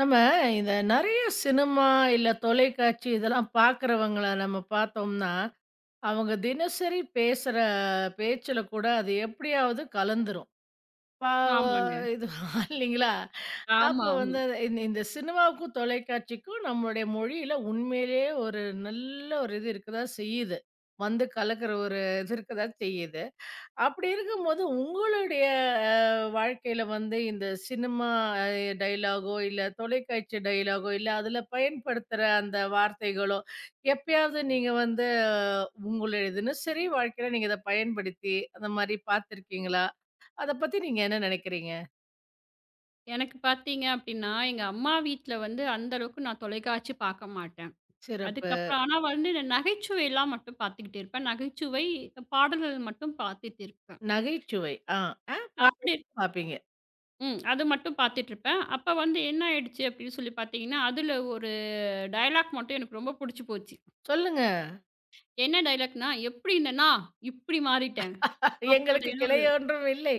நம்ம இந்த நெறைய சினிமா, இல்ல தொலைக்காட்சி இதெல்லாம் பார்க்குறவங்கள நம்ம பார்த்தோம்னா, அவங்க தினசரி பேசுற பேச்சுல கூட அது எப்படியாவது கலந்துரும். பா ஆமாங்க. இது இல்லைங்களா? ஆமா, அப்போ ஆமா. வந்து இந்த இந்த சினிமாவுக்கும், தொலைக்காட்சிக்கும் நம்மளுடைய மொழியில உண்மையிலேயே ஒரு நல்ல ஒரு இது இருக்கதா செய்யுது. வந்து கலக்கிற ஒரு இது இருக்கதா செய்யுது. அப்படி இருக்கும்போது உங்களுடைய அ, வாழ்க்கையில வந்து இந்த சினிமா அ, டயலாகோ இல்ல தொலைக்காட்சி டயலாகோ இல்ல அதுல பயன்படுத்துற அந்த வார்த்தைகளோ எப்பயாவது நீங்க வந்து உங்களுடைய தினசரி வாழ்க்கையில நீங்க இதை பயன்படுத்தி அந்த மாதிரி பார்த்துருக்கீங்களா? அதை பத்தி நீங்க என்ன நினைக்கிறீங்க? எனக்கு பார்த்தீங்க அப்டின்னா, எங்க அம்மா வீட்ல வந்து அந்த அளவுக்கு நான் தொலைக்காட்சி பார்க்க மாட்டேன். சிறப்பு. அதுக்கப்புறம் ஆனா வந்து இந்த நகைச்சுவைலாம் மட்டும் பார்த்துக்கிட்டு இருப்பேன். நகைச்சுவை பாடல்கள் மட்டும் பார்த்துட்டு இருப்பேன். நகைச்சுவை ஆ. ஆ. அப்டி பாப்பீங்க. ம். அது மட்டும் பார்த்துட்டு இருப்பேன். அப்ப வந்து என்ன ஆயிடுச்சு அப்டின்னு சொல்லி பார்த்தீங்கன்னா, அதுல ஒரு டயலாக் மட்டும் எனக்கு ரொம்ப புடிச்சு போச்சு. சொல்லுங்க. என்ன டயலாக்னா, "எப்டி இருந்தேனா, இப்டி மாறிட்டேன்" எங்களுக்கு அப்டின்னு கிளை ஒரு ஒன்றும் இல்லை.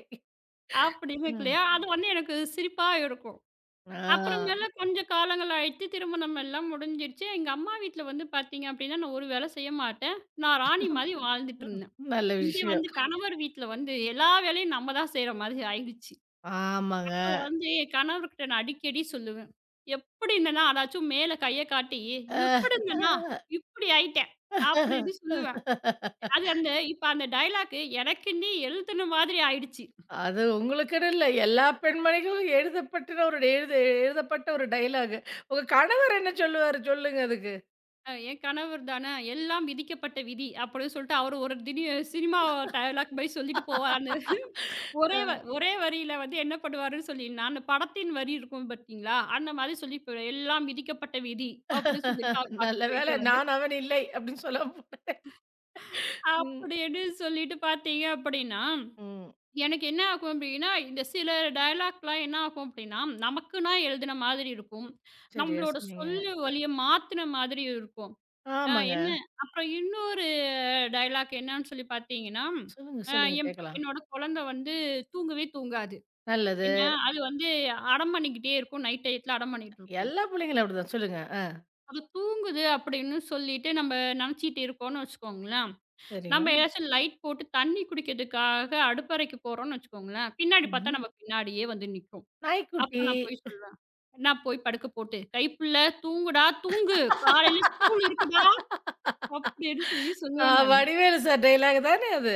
அப்டின்னு இருக்கு ம். இல்லையா? அது வந்து எனக்கு சிரிப்பா இருக்கும். ஆ, அப்புறமேல கொஞ்சம் காலங்கள் ஆயிடுச்சு. திருமணம் எல்லாம் முடிஞ்சிருச்சு. எங்க அம்மா வீட்ல வந்து பார்த்தீங்க அப்படின்னா, நான் ஒரு வேலை செய்ய மாட்டேன். நான் ராணி மாரி வாழ்ந்துட்டு இருந்தேன். நல்ல இங்க விஷயம். வந்து கணவர் வீட்ல வந்து எல்லா வேலையும் நம்ம தான் செய்ற மாதிரி ஆயிடுச்சு. ஆமாங்க. அப்போ வந்து என் கணவர்கிட்ட நான் அடிக்கடி சொல்லுவேன். எப்படி இருந்தேனா அதாச்சும் மேல கைய காட்டி, அஹ், எப்படி இருந்தேனா இப்படி ஆயிட்டேன் அப்படின்னு சொல்லுவேன். அது அந்த இப்ப அந்த டயலாக் எனக்குன்னே எழுதுன மாதிரி ஆயிடுச்சு. அது உங்களுக்குன்னு இல்ல. எல்லா பெண்மணிகளும் எழுதப்பட்டுன ஒரு எழுதப்பட்ட ஒரு டயலாக். உங்க கணவர் என்ன சொல்லுவாரு சொல்லுங்க அதுக்கு? என் கணவர் தானே, எல்லாம் விதிக்கப்பட்ட விதி அப்படின்னு சொல்லிட்டு அவரு ஒரு சினிமா டயலாக் மாரி சொல்லிட்டு போவாரான்னு. ஒரே வ அ ஒரே வரியில வந்து என்ன பண்ணுவாருன்னு சொல்லின்னா, அந்த படத்தின் வரி இருக்கும் பார்த்தீங்களா? அந்த மாதிரி சொல்லி போயிடுவாரு. எல்லாம் விதிக்கப்பட்ட விதி அப்படின்னு சொல்லிட்டு அவர் நல்ல பாட்டுக்கு வேளை போயிடுவாரு. நான் அவன் இல்லை அப்படின்னு சொல்ல போனேன். ம், அப்படின்னு சொல்லிட்டு பார்த்தீங்க அப்படின்னா, ம். எனக்கு என்ன ஆகும் அப்படின்னா, இந்த சில டயலாக்லாம் என்ன ஆகும் அப்படின்னா, நமக்குன்னா எழுதுன மாதிரி இருக்கும். சரியா நம்மளோட சொன்னீங்க. சொல்லு வழிய மாத்துன மாதிரி இருக்கும். ஆ ஆமாங்க. என்ன அப்புறம் இன்னொரு டயலாக் என்னான்னு சொல்லி பார்த்தீங்கன்னா, சொல்லுங்க, அ சொல்லுங்க கேட்கலாம். என்னோட குழந்தை வந்து தூங்கவே தூங்காது. நல்லது. ஏன்னா, அது வந்து அடம் பண்ணிக்கிட்டே இருக்கும். நைட் டயத்துல அடம் பண்ணிட்டு இருக்கும். எல்லா புள்ளைங்களும் அப்படிதான். சொல்லுங்க. ஆ. அது தூங்குது அப்படின்னு சொல்லிட்டு நம்ம நினச்சிட்டு இருக்கோம்னு வச்சுக்கோங்களேன், நம்ம சரிங்க. ஏதாச்சும் லைட் போட்டு தண்ணி குடிக்கிறதுக்காக அடுப்பறைக்கு போறோம்னு வச்சுக்கோங்களேன், பின்னாடி பார்த்தா ம். நம்ம பின்னாடியே வந்து நிக்கும். அப்ப நாய்க்குட்டி. நான் போய் சொல்லுவேன், "நான் போய் படுக்க போட்டு, கைப்புள்ள தூங்குடா தூங்கு, காலையில ஸ்கூல் இருக்குடா" அப்படின்னு சொல்லி ஆ சொல்லுவேன் நானு. வடிவேலு சார் டயலாக் தானே அது.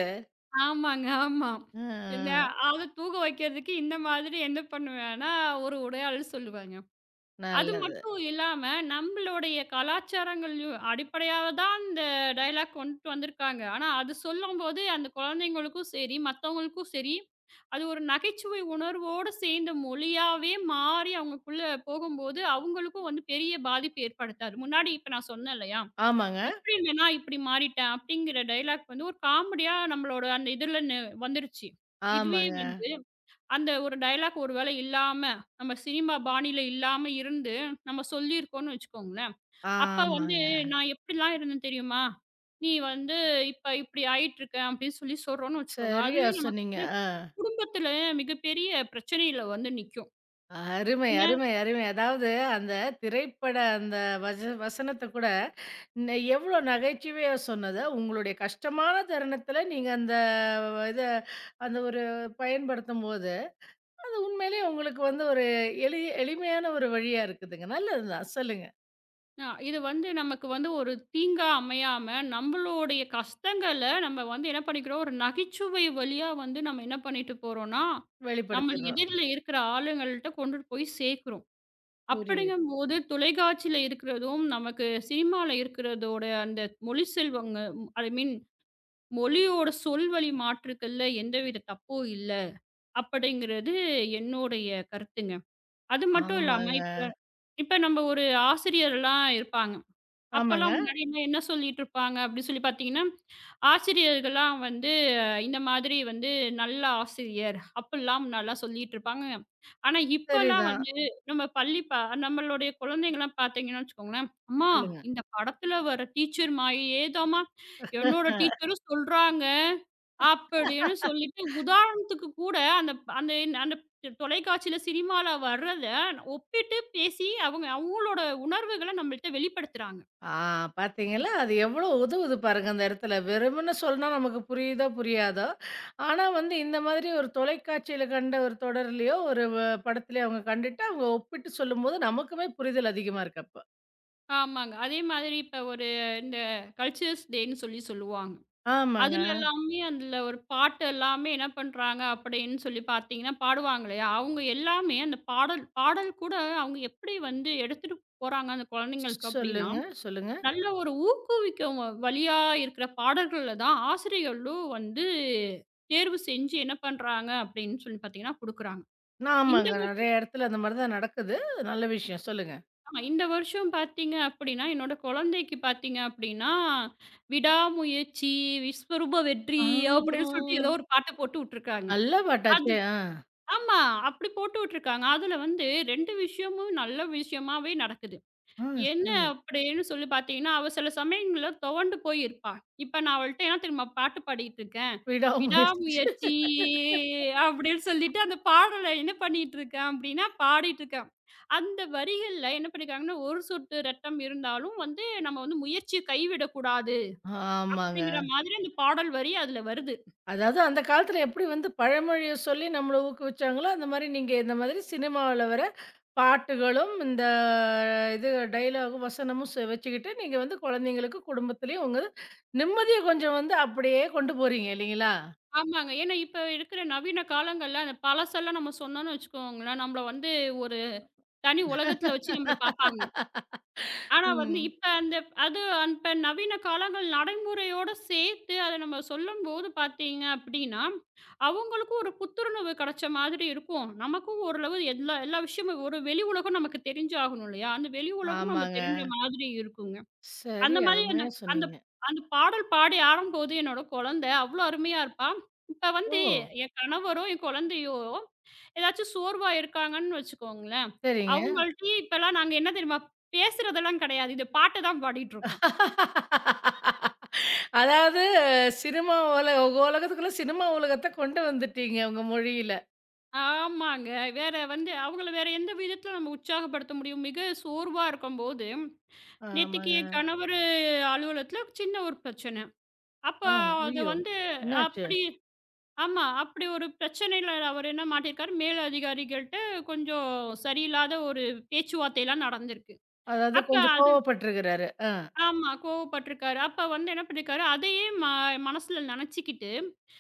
ஆமாங்க, ஆமா. ஆ. என்ன அத தூங்க வைக்கிறதுக்கு இந்த மாதிரி என்ன பண்ணுவேன்னா, ஒரு உடையாள் சொல்லுவேங்க. அது நல்லது. மட்டும் இல்லாம, நம்மளுடைய கலாச்சாரங்கள்லயும் அடிப்படையா தான் இந்த டயலாக் கொண்டுட்டு வந்திருக்காங்க. ஆனா, அது சொல்லும்போது அந்த குழந்தைங்களுக்கும் சரி, மத்தவங்களுக்கும் சரி, அது ஒரு நகைச்சுவை உணர்வோட சேர்ந்த மொழியாவே மாறி அவங்களுக்குள்ள போகும்போது, அவங்களுக்கும் வந்து பெரிய பாதிப்பு ஏற்படுத்தாது. முன்னாடி இப்ப நான் சொன்னேன் இல்லையா? ஆமாங்க, எப்படி இல்லன்னா இப்படி மாறிட்டேன் அப்படிங்கிற டயலாக் வந்து ஒரு காமெடியா நம்மளோட அந்த இதுல வந்துருச்சு. இதுவே ஆமாங்க, வந்து அந்த ஒரு டயலாக் ஒருவேளை இல்லாம, நம்ம சினிமா பாணியில இல்லாம இருந்து நம்ம சொல்லியிருக்கோம்னு வச்சுக்கோங்களேன். அப்ப வந்து ஆமாங்க. நான் எப்படிலாம் இருந்தேன் தெரியுமா? நீ வந்து இப்ப இப்படி ஆயிட்டுருக்க அப்படின்னு சொல்லி சொல்றோம்னு வச்சுக்கோங்க. சரியா அதுவே நமக்கு சொன்னீங்க. வந்து ஆ. குடும்பத்துல மிகப்பெரிய பிரச்சனையில வந்து நிக்கும். அருமை, என்ன? அருமை, அருமை. அதாவது அந்த திரைப்பட அந்த வசனத்த கூட ந எவ்ளோ நகைச்சுவையா சொன்னத, உங்களுடைய கஷ்டமான தருணத்தில நீங்க அந்த இத அந்த ஒரு பயன்படுத்தும்போது, உண்மையிலேயே உங்களுக்கு வந்து ஒரு எளி எளிமையான ஒரு வழியா இருக்குதுங்க. நல்லதுதான். சொல்லுங்க. இது வந்து நமக்கு வந்து ஒரு தீங்கா அமையாம, நம்மளுடைய கஷ்டங்கள நம்ம வந்து என்ன பண்ணிக்கிறோம், ஒரு நகைச்சுவை வழியா வந்து நம்ம என்ன பண்ணிட்டு போறோம்னா, நம்ம வெளிப்படுத்திர்றோம். எதிர்ல இருக்கிற ஆளுங்கள்ட்ட கொண்டுட்டு போய் சேர்க்கிறோம். புரியுது. அப்படிங்கும்போது தொலைக்காட்சியில இருக்கிறதும், நமக்கு சினிமால இருக்கிறதோட அந்த மொழி செல்வங்க ஐ மீன் மொழியோட சொல்வழி மாற்றுக்கள்ல எந்தவித தப்பும் இல்ல. அப்படிங்கிறது என்னுடைய கருத்துங்க. அது மட்டும் இல்லாம ஆமாங்க, இப்ப இப்ப நம்ம ஒரு ஆசிரியர்லாம் இருப்பாங்க. ஆமாங்க. அப்பலாம் முன்னாடிலாம் என்ன சொல்லிட்டுருப்பாங்க அப்படி சொல்லி பார்த்தீங்கன்னா, ஆசிரியர்கள்லாம் வந்து இந்த மாதிரி வந்து நல்ல ஆசிரியர் அப்படிலாம் முன்னாடிலாம் சொல்லிட்டுருப்பாங்க. ஆனா, இப்பலாம் சரிதான். வந்து நம்ம பள்ளி ப நம்மளுடைய குழந்தைங்கலாம் பார்த்தீங்கன்னு வச்சுக்கோங்களேன், "அம்மா சொல்லுங்க. இந்த படத்துல வர டீச்சர் மாரியே தாம்மா என்னோட டீச்சரும் சொல்றாங்க." அப்படின்னு சொல்லிட்டு உதாரணத்துக்கு கூட அந்த அந்த அந்த தொலைக்காட்சியில சினிமால வர்றத ஒப்பிட்டு பேசி அவங்க அவங்களோட உணர்வுகள நம்மள்ட்ட வெளிப்படுத்துறாங்க. ஆ பார்த்தீங்களா? அது எவ்வளோ உதவுது பாருங்க அந்த இடத்துல. வெறுமனே சொன்னா நமக்கு புரியுதோ, புரியாதோ! ஆனா வந்து இந்த மாதிரி ஒரு தொலைக்காட்சியில கண்ட ஒரு தொடர்லயோ, ஒரு வ படத்துலயோ அவங்க கண்டுட்டு, அவங்க ஒப்பிட்டு சொல்லும்போது நமக்குமே புரிதல் அதிகமா இருக்கு அப்ப. ஆமாங்க. அதே மாதிரி இப்ப ஒரு இந்த கல்ச்சர்ஸ் டேன்னு சொல்லி சொல்லுவாங்க. ஆமாங்க. அதுல எல்லாமே அதுல ஒரு பாட்டு எல்லாமே என்ன பண்றாங்க அப்படின்னு சொல்லி பார்த்தீங்கன்னா, பாடுவாங்க இல்லையா? அவங்க எல்லாமே அந்த பாடல் பாடல் கூட அவங்க எப்படி வந்து எடுத்துட்டு போறாங்க அந்த குழந்தைங்களுக்கு அப்படின்னா, சொல்லுங்க, சொல்லுங்க. நல்ல ஒரு ஊக்குவிக்கும் வழியா இருக்கிற பாடல்கள்ல தான் ஆசிரியர்களும் வந்து தேர்வு செஞ்சு என்ன பண்றாங்க அப்படின்னு சொல்லி பார்த்தீங்கன்னா குடுக்குறாங்க. நான் இந்த ஆமாங்க. நெறைய இடத்துல அந்த மாரி தான் நடக்குது. நல்ல விஷயம். சொல்லுங்க. ஆமா. இந்த வருஷம் பார்த்தீங்க அப்படின்னா, என்னோட குழந்தைக்கு பார்த்தீங்க அப்படின்னா, "விடாமுயற்சி விஸ்வரூப வெற்றி" அப்படின்னு ஆமா. சொல்லிட்டு ஏதோ ஒரு பாட்ட போட்டு விட்டுருக்காங்க. நல்ல அது பாட்டாச்சே! ஆ. ஆமா. அப்படி போட்டு விட்டுருக்காங்க. அதுல வந்து 2 விஷயமும் நல்ல விஷயமாவே நடக்குது. ஆ என்ன சொல்லுங்க. அப்படின்னு சொல்லி பார்த்தீங்கன்னா, அவ சில சமயங்கள்ல துவண்டு போயிருப்பா. இப்ப நான் அவள்ட்ட என்ன தெரியுமா பாட்டு பாடிட்டு இருக்கேன்? விடாமுயற்சி. விடாமுயற்சி அப்படின்னு சொல்லிட்டு அந்த பாடல என்ன பண்ணிட்டுருக்கேன் அப்படின்னா, பாடிட்டுருக்கேன். அந்த வரிகள்ல என்ன பண்ணியிருக்காங்கன்னா, "ஒரு சொட்டு இரத்தம் இருந்தாலும் வந்து நம்ம வந்து முயற்சிய கைவிடக்கூடாது." ஆமாங்க. அப்படிங்கிற மாதிரி அந்த பாடல் வரி அதுல வருது. அதாவது அந்த காலத்துல எப்படி வந்து பழமொழிய சொல்லி நம்மள ஊக்குவிச்சாங்களோ, அந்த மாரி நீங்க இந்த மாதிரி சினிமாவுல வர பாட்டுகளும், இந்த இது டயலாகும், வசனமும் ச வச்சுக்கிட்டு நீங்க வந்து குழந்தைங்களுக்கு, குடும்பத்திலயும் உங்க நிம்மதிய கொஞ்சம் வந்து அப்படியே கொண்டு போறீங்க இல்லைங்களா? ஆமாங்க. ஏன்னா இப்ப இருக்கிற நவீன காலங்கள்ல அந்த பழசெல்லாம் நம்ம சொன்னோம்னு வச்சுக்கோங்களேன், நம்மள வந்து ஒரு தனி உலகத்துல வச்சு நம்மள பார்ப்பாங்க. ஆனா வந்து ம். இப்ப அந்த அது இப்ப நவீன காலங்கள் நடைமுறையோட சேர்த்து அத நம்ம சொல்லும்போது பார்த்தீங்க அப்டின்னா, அவங்களுக்கும் ஒரு புத்துணர்வு கிடைச்ச மாதிரி இருக்கும். நமக்கும் ஓரளவு எல்லா எல்லா விஷயமும் ஒரு வெளி உலகம் நமக்கு தெரிஞ்சாகணும் இல்லையா? அந்த வெளி உலகம் நம்ம ஆமாங்க. தெரிஞ்ச மாதிரி இருக்குங்க. சரி, அந்த மாதிரி அந்த அருமையா அந்த சொன்னீங்க. அந்த பாடல் பாடி ஆடும்போது என்னோட குழந்தை அவ்ளோ அருமையா இருப்பா. இப்ப ஓ! வந்து என் கணவரோ, என் குழந்தையோ ஏதாச்சும் சோர்வா இருக்காங்கன்னு வச்சுக்கோங்களேன், சரிங்க. அவங்கள்ட்டயும் இப்பலாம் நாங்க என்ன தெரியுமா? பேசுறதெல்லாம் கிடையாது. இது பாட்டு தான் பாடிட்டுருக்கோம். அதாவது சினிமா உல உங்க உலகத்துக்குள்ள சினிமா உலகத்த கொண்டு வந்துட்டீங்க உங்க மொழியில. ஆமாங்க. வேற வந்து அவங்கள வேற எந்த விதத்தில நம்ம உற்சாகப்படுத்த முடியும்? மிக சோர்வா இருக்கும்போது, நேத்திக்கு ஆமாங்க. என் கணவரு அலுவலகத்தில சின்ன ஒரு பிரச்சனை. அப்ப ஆ, அது ஐயோ! வந்து என்னாச்சு? அப்படி ஆமா. அப்படி ஒரு பிரச்சனையில அவர் என்ன மாட்டியிருக்காரு, மேல் அதிகாரிகள்ட்ட கொஞ்சம் சரியில்லாத ஒரு பேச்சுவார்த்தைலாம் நடந்திருக்கு. அதாவது அப்ப கொஞ்சம் அது கோவப்பட்டுருக்கிறாரு. ஆ, ஆமா. கோவப்பட்டுருக்காரு. அப்ப வந்து என்ன பண்ணியிருக்காரு, அதையே மனசுல நெனச்சுக்கிட்டு,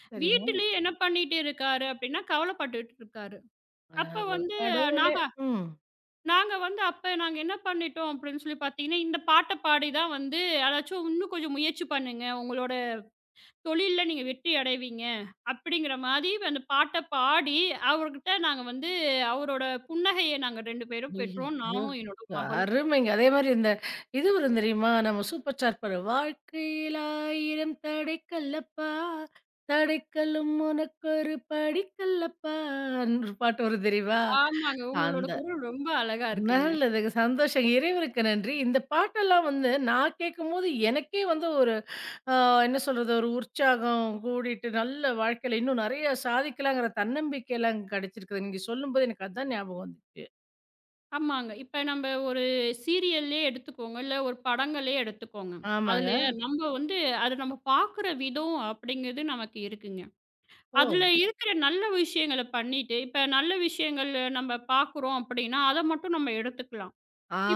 சரிங்க. வீட்டிலேயே என்ன பண்ணிட்டு இருக்காரு அப்டின்னா, கவலப்பட்டுட்டு இருக்காரு. அப்ப ஐயோ வந்து கடவுளே! நாங்க ம். நாங்க வந்து அப்ப நாங்க என்ன பண்ணிட்டோம் அப்டின்னு சொல்லி பார்த்தீங்கன்னா, இந்த பாட்ட பாடி தான் வந்து "அதாச்சும் இன்னும் கொஞ்சம் முயற்சி பண்ணுங்க. உங்களோட தொழில்ல நீங்க வெற்றி அடைவீங்க." அப்டிங்கிற மாரி அந்த பாட்ட பாடி, அவர்கிட்ட நாங்க வந்து அவரோட புன்னகைய நாங்க 2 பேரும் பெற்றோம். ஐயய்யோ! நானும், என்னோட மகளும். அருமைங்க. அதே மாரி இந்த இது வரும் தெரியுமா? நம்ம சூப்பர் ஸ்டார் பாடல் வாழ்க்கையில் ஆயிரம் தடைக்கல்லப்பா, தடைக்கல்லும் உனக்கொரு படிக்கல்லப்பா ன்னு ஒரு பாட்டு வரும் தெரியுமா? ஆமாங்க. உங்களோட அந்த குரல் ரொம்ப அழகா இருக்குங்க. நல்லதுங்க. சந்தோஷம். இறைவனுக்கு நன்றி. இந்த பாட்டெல்லாம் வந்து நான் கேட்கும்போது எனக்கே வந்து ஒரு அ என்ன சொல்றது? ஒரு உற்சாகம் கூடிட்டு, நல்ல வாழ்க்கையில இன்னும் நெறைய சாதிக்கலாங்கிற தன்னம்பிக்கைலாம் கிடைச்சிருக்குது. நீங்க சொல்லும்போது எனக்கு அதான் ஞாபகம் வந்துச்சு. ஆமாங்க. இப்ப நம்ப ஒரு சீரியல்லே எடுத்துக்கோங்க, இல்ல ஒரு படங்களே எடுத்துக்கோங்க. அதுல ஆமாங்க. ம். நம்ப வந்து அத நம்ம பாக்குற விதம் அப்படிங்கிறது நமக்கு இருக்குங்க. அதுல ஓ! இருக்கிற நல்ல விஷயங்கள பண்ணிட்டு, இப்ப நல்ல விஷயங்கள் நம்ம பாக்குறோம் அப்படின்னா, அத மட்டும் நம்ம எடுத்துக்கலாம்.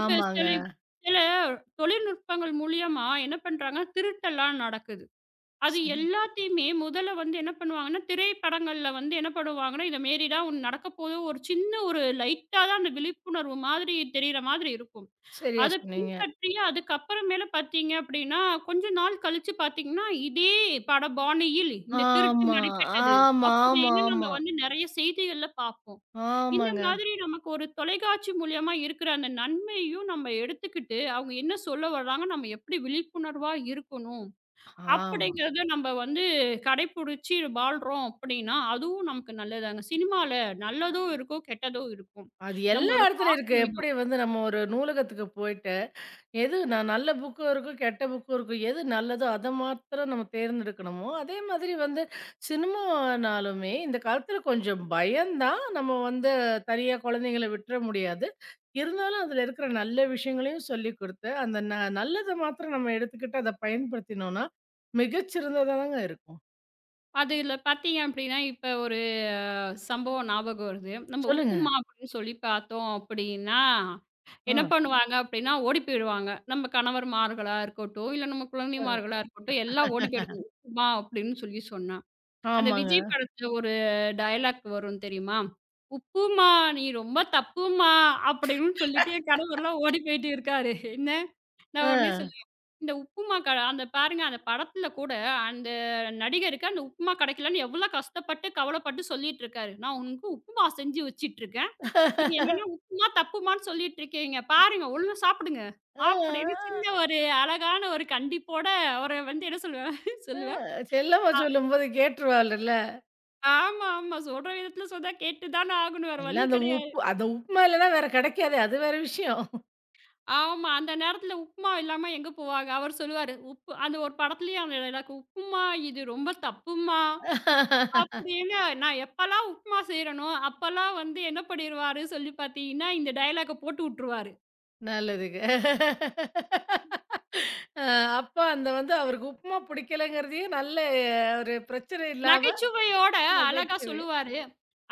இப்ப சில ம். சில தொழில்நுட்பங்கள் மூலியமா என்ன பண்றாங்கன்னா, திருட்டெல்லாம் நடக்குது. அது ச எல்லாத்தையுமே முதல்ல வந்து என்ன பண்ணுவாங்கன்னா, திரைப்படங்கள்ல வந்து என்ன பண்ணுவாங்கன்னா, "இத மேரி தான் ஒண்ணு நடக்கப்போது" ஒரு சின்ன ஒரு லைட்டா தான் அந்த விழிப்புணர்வு மாதிரி தெரியிற மாதிரி இருக்கும். சரியா அத சொன்னீங்க. பின்பற்றி அதுக்கப்புறமேல பார்த்தீங்க அப்டின்னா, கொஞ்ச நாள் கழிச்சு பார்த்தீங்கன்னா, "இதே பட பாணியில் இந்த திருட்டு ஆமா, நடைபெற்றது" ஆமா, ஆமா, அப்படின்னு நம்ம ஆமா. வந்து நெறைய செய்திகள்ல பார்ப்போம். இந்த ஆமாங்க. மாதிரி நமக்கு ஒரு தொலைக்காட்சி மூலியமா இருக்கிற அந்த நன்மையும் நம்ம எடுத்துக்கிட்டு, அவங்க என்ன சொல்ல வர்றாங்க, நம்ம எப்டி விழிப்புணர்வா இருக்கணும்? ஆமா. அப்படிங்கிறத நம்ம வந்து கடைப்புடிச்சு வாழ்றோம் அப்படின்னா, அதுவும் நமக்கு நல்லதாங்க. சினிமால நல்லதும் இருக்கும், கெட்டதும் இருக்கும். அது எல்லா நம்மளோட இடத்துலயும் இருக்கு. பார்க்கும் எப்படி விதம். வந்து நம்ம ஒரு நூலகத்துக்கு போயிட்டு எது நான் நல்ல புக்கும் இருக்கும், கெட்ட புக்கும் இருக்கும். எது நல்லதோ அத மாத்திரம் நம்ம தேர்ந்தெடுக்கணுமோ, அதே மாதிரி வந்து சினிமானாலுமே இந்த காலத்துல கொஞ்சம் பயம்தான். நம்ம வந்து தனியா குழந்தைங்கள விட்டுற முடியாது. இருந்தாலும் அதுல இருக்கிற நல்ல விஷயங்களையும் சொல்லிக் குடுத்து, அந்த ந நல்லத மாத்திரம் நம்ம எடுத்துக்கிட்டு அத பயன்படுத்தினோம்னா, மிகச்சிறந்ததாங்க இருக்கும். அதுல பார்த்தீங்க அப்படின்னா, இப்ப ஒரு சம்பவம் ஞாபகம் வருது. நம்ம சொல்லுங்க. உப்புமா அப்படின்னு சொல்லி பார்த்தோம் அப்படின்னா, ஆ. என்ன பண்ணுவாங்க அப்படின்னா, ஓடி போயிடுவாங்க. நம்ம கணவர்மார்களா இருக்கட்டும், இல்ல நம்ம அ குழந்தைமார்களா இருக்கட்டும், எல்லாம் ஓடி போயிடுங்க உப்புமா அப்படின்னு சொல்லி சொன்னா. அந்த ஆமாங்க. விஜய் படத்துல ஒரு டயலாக் வரும் தெரியுமா? "உப்புமா நீ ரொம்ப தப்புமா" அப்படின்னு சொல்லிட்டு என் கணவர்லாம் ஓடி போயிட்டு இருக்காரு. என்ன நான் ஆ. உடனே சொல்லுவேன், "இந்த உப்புமா கட" அந்த பாருங்க அந்த படத்துல கூட அந்த நடிகருக்கு அந்த உப்புமா கிடைக்கலன்னு எவ்வளோ கஷ்டப்பட்டு, கவலைப்பட்டு சொல்லிட்டு இருக்காரு. "நான் உனக்கு உப்புமா செஞ்சு வச்சுட்டுருக்கேன். நீங்க என்னன்னா உப்புமா தப்புமான்னு சொல்லிட்டு இருக்கீங்க. பாருங்க ஒழுங்கா சாப்பிடுங்க." ஆ. அப்படின்னு ஆ. சின்ன ஒரு அழகான ஒரு கண்டிப்போட அவர வந்து என்ன சொல்லுவேன் ஆ. சொல்லுவேன். செல்லம்மா சொல்லும்போது கேட்டுருவாள்ல. ஆமா, ஆமா. சொல்ற விதத்துல சொன்னா கேட்டு தான ஆகணும். வேற இல்ல வழி அந்த கிடையாது. உப்பு அந்த உப்புமா இல்லன்னா வேற கிடைக்காதே. அது வேற விஷயம். ஆமா, அந்த நேரத்துல உப்புமா இல்லாம எங்க போவாங்க? அவர் சொல்லுவாரு, அந்த ஒரு படத்துலயும் அந்த டைலாக் "உப்புமா இது ரொம்ப தப்புமா" அப்படின்னு நான் எப்பலாம் உப்புமா செய்றேனோ, அப்பலாம் வந்து என்ன பண்ணிருவாரு சொல்லி பார்த்தீங்கன்னா, இந்த டைலாக்க போட்டு உட்டுருவாரு. நல்லதுங்க. அ அப்ப அந்த வந்து அவருக்கு உப்புமா பிடிக்கலங்கிறதையே நல்ல ஒரு பிரச்சனை இல்லாம நகைச்சுவையோட அழகா நகைச்சுவை. சொல்லுவாரு.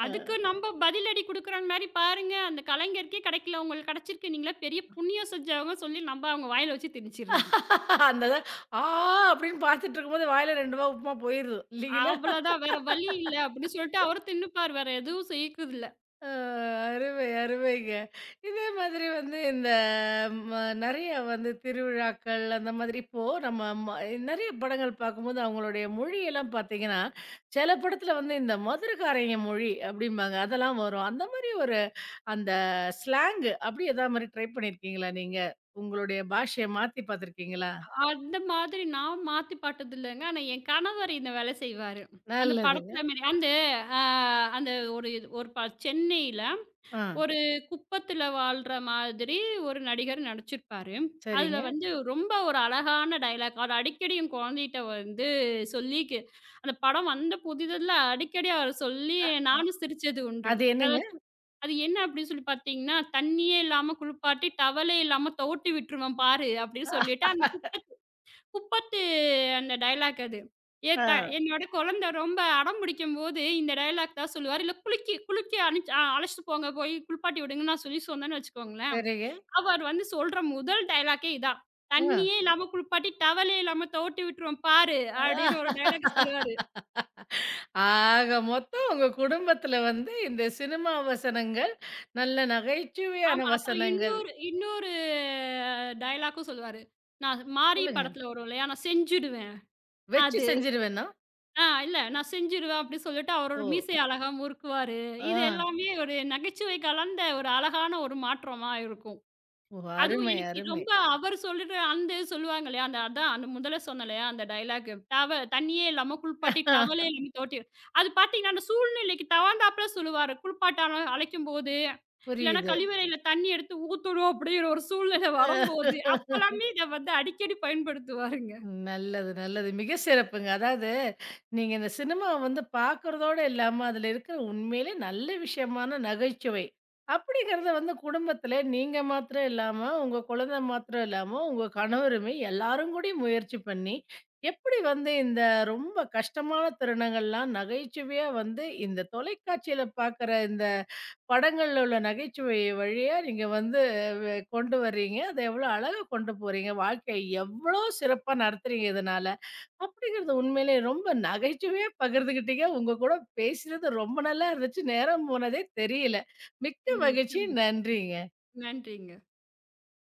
அதுக்கு நம்ப பதிலடி குடுக்குற மாரி பாருங்க, அந்த கலைஞருக்கே கிடைக்கல. உங்களுக்கு கிடைச்சிருக்கு. நீங்கலாம் பெரிய புண்ணியம் செஞ்சவங்க சொல்லி நம்ப அவங்க வாயில வச்சு திணிச்சிடுறது. அந்த அ ஆ! அப்படின்னு பார்த்துட்டு இருக்கும்போது வாயில 2 வா உப்புமா போயிருது. இல்லைங்களா? அவ்வளதான். வேற வழி இல்ல அப்படின்னு சொல்லிட்டு அவரும் தின்னுப்பாரு. வேற எதுவும் செய்யக்குதில்ல. அ அருமை, அருமைங்க. இதே மாதிரி வந்து இந்த ம நெறைய வந்து திருவிழாக்கள் அந்த மாதிரி இப்போ நம்ம ம நெறைய படங்கள் பார்க்கும்போது, அவங்களுடைய மொழியெல்லாம் பார்த்தீங்கன்னா, சில படத்துல வந்து இந்த மதுரக்காரய்ங்க மொழி அப்படிம்பாங்க. அதெல்லாம் வரும். அந்த மாரி ஒரு அந்த ஸ்லாங் அப்படி எதா மாரி ட்ரை பண்ணியிருக்கீங்களா நீங்க? உங்களுடைய பாஷைய மாத்தி பார்த்துருக்கீங்களா? அந்த மாதிரி நான் மாத்தி பார்த்ததில்லங்க. ஆனா என் கணவர் இந்த வேலை செய்வாரு. அந்த நல்லதுங்க. படத்துல மாரி. அ அந்த ஒரு இது ஒரு ப சென்னையில ஆ ஒரு குப்பத்துல வாழ்ற மாதிரி ஒரு நடிகர் நடிச்சிருப்பாரு. அதுல சரிங்க. வந்து ரொம்ப ஒரு அழகான டயலாக். அது அடிக்கடி என் குழந்தைகிட்ட வந்து சொல்லி கே அந்த படம் வந்த புதிதில அடிக்கடி அவரு சொல்லி நானும் சிரிச்சது உண்டு. அது என்னங்க? அதாச்சும் அது என்ன அப்படின்னு சொல்லி பார்த்தீங்கன்னா, "தண்ணியே இல்லாம குளிப்பாட்டி, டவலே இல்லாம துவட்டி விட்டுருவேன் பாரு" அப்படின்னு சொல்லிட்டு அந்த குப்பத்து அந்த டயலாக் அது. ஏ ஆ த என்னோட குழந்த ரொம்ப அடம் பிடிக்கும்போது, இந்த டயலாக் தான் சொல்லுவாரு. இல்ல குளிக்க அனுப்ச்சு அ அழைச்சிட்டு போங்க, போய் குளிப்பாட்டி விடுங்கன்னு நான் சொல்லி சொன்னேன்னு வச்சுக்கோங்களேன். சரிங்க. அவர் வந்து சொல்ற முதல் டயலாக்கே இதான். ஆ. "தண்ணியே இல்லாம குளிப்பாட்டி, டவலே இல்லாம துவட்டி விட்டுருவேன் பாரு" அப்படின்னு ஒரு டயலாக்க சொல்லுவாரு. ஆக மொத்தம் உங்க குடும்பத்துல வந்து இந்த சினிமா வசனங்கள், நல்ல ஆமா. நகைச்சுவையான அப்புறம் வசனங்கள். இன்னொரு இன்னொரு டயலாக்கும் சொல்லுவாரு. நான் மாரி சொல்லுங்க. படத்துல வரும் இல்லையா? "நான் செஞ்சுடுவேன்" வச்சு அது. செஞ்சுருவேனா? இல்ல நான் செஞ்சுருவேன் அப்படி சொல்லிட்டு அவரோட ஓ! மீசை அழகா முறுக்குவாரு. ஆ. இது எல்லாமே ஒரு நகைச்சுவை கலந்த ஒரு அழகான ஒரு மாற்றமா இருக்கும். ஓ! அதுவும் அருமை, எனக்கு அருமை. ரொம்ப அவர் சொல்லிட்டு அந்த சொல்லுவாங்க இல்லையா, அந்த அதான் அந்த முதல்ல சொன்னேன் இல்லையா, அந்த டயலாக் டவ தண்ணியே இல்லாம குளிப்பாட்டி டவலே இல்லாம தொவட்டி அது பார்த்தீங்கன்னா, அந்த சூழ்நிலைக்கு தகுந்தாப்புல சொல்லுவாரு. குளிப்பாட்ட அழ அழைக்கும்போது, இல்லன்னா புரியுது. கழிவறையில தண்ணி எடுத்து ஊத்தணும் அப்படிங்கிற ஒரு சூழ்நிலை வரும்போது, அப்பலாமே இத வந்து அடிக்கடி பயன்படுத்துவாருங்க. நல்லது, நல்லது. மிக சிறப்புங்க. அதாவது நீங்க இந்த சினிமாவ வந்து பார்க்குறதோட இல்லாம, அதுல இருக்கிற உண்மையிலே நல்ல விஷயமான நகைச்சுவை. அப்படிங்கிறத வந்து குடும்பத்தில நீங்க மாத்திரம் இல்லாம, உங்க குழந்தை மாத்திரம் இல்லாம, உங்க கணவருமே எல்லாரும் கூடயும் முயற்சி பண்ணி, எப்படி வந்து இந்த ரொம்ப கஷ்டமான தருணங்கள்லாம் நகைச்சுவையா வந்து இந்த தொலைக்காட்சியில பார்க்குற இந்த படங்கள்ல உள்ள நகைச்சுவை வழியா நீங்க வந்து வெ கொண்டு வர்றீங்க. அத எவ்வளோ அழகா கொண்டு போறீங்க. வாழ்க்கைய எவ்வளோ சிறப்பா நடத்துறீங்க இதனால. அப்படிங்கிறது உண்மையிலேயே ரொம்ப நகைச்சுவையா பகிர்ந்துக்கிட்டீங்க. உங்க கூட பேசினது ரொம்ப நல்லா இருந்துச்சு. நேரம் போனதே தெரியல. மிக்க ம் மிக்க மகிழ்ச்சி. ம நன்றிங்க. நன்றிங்க.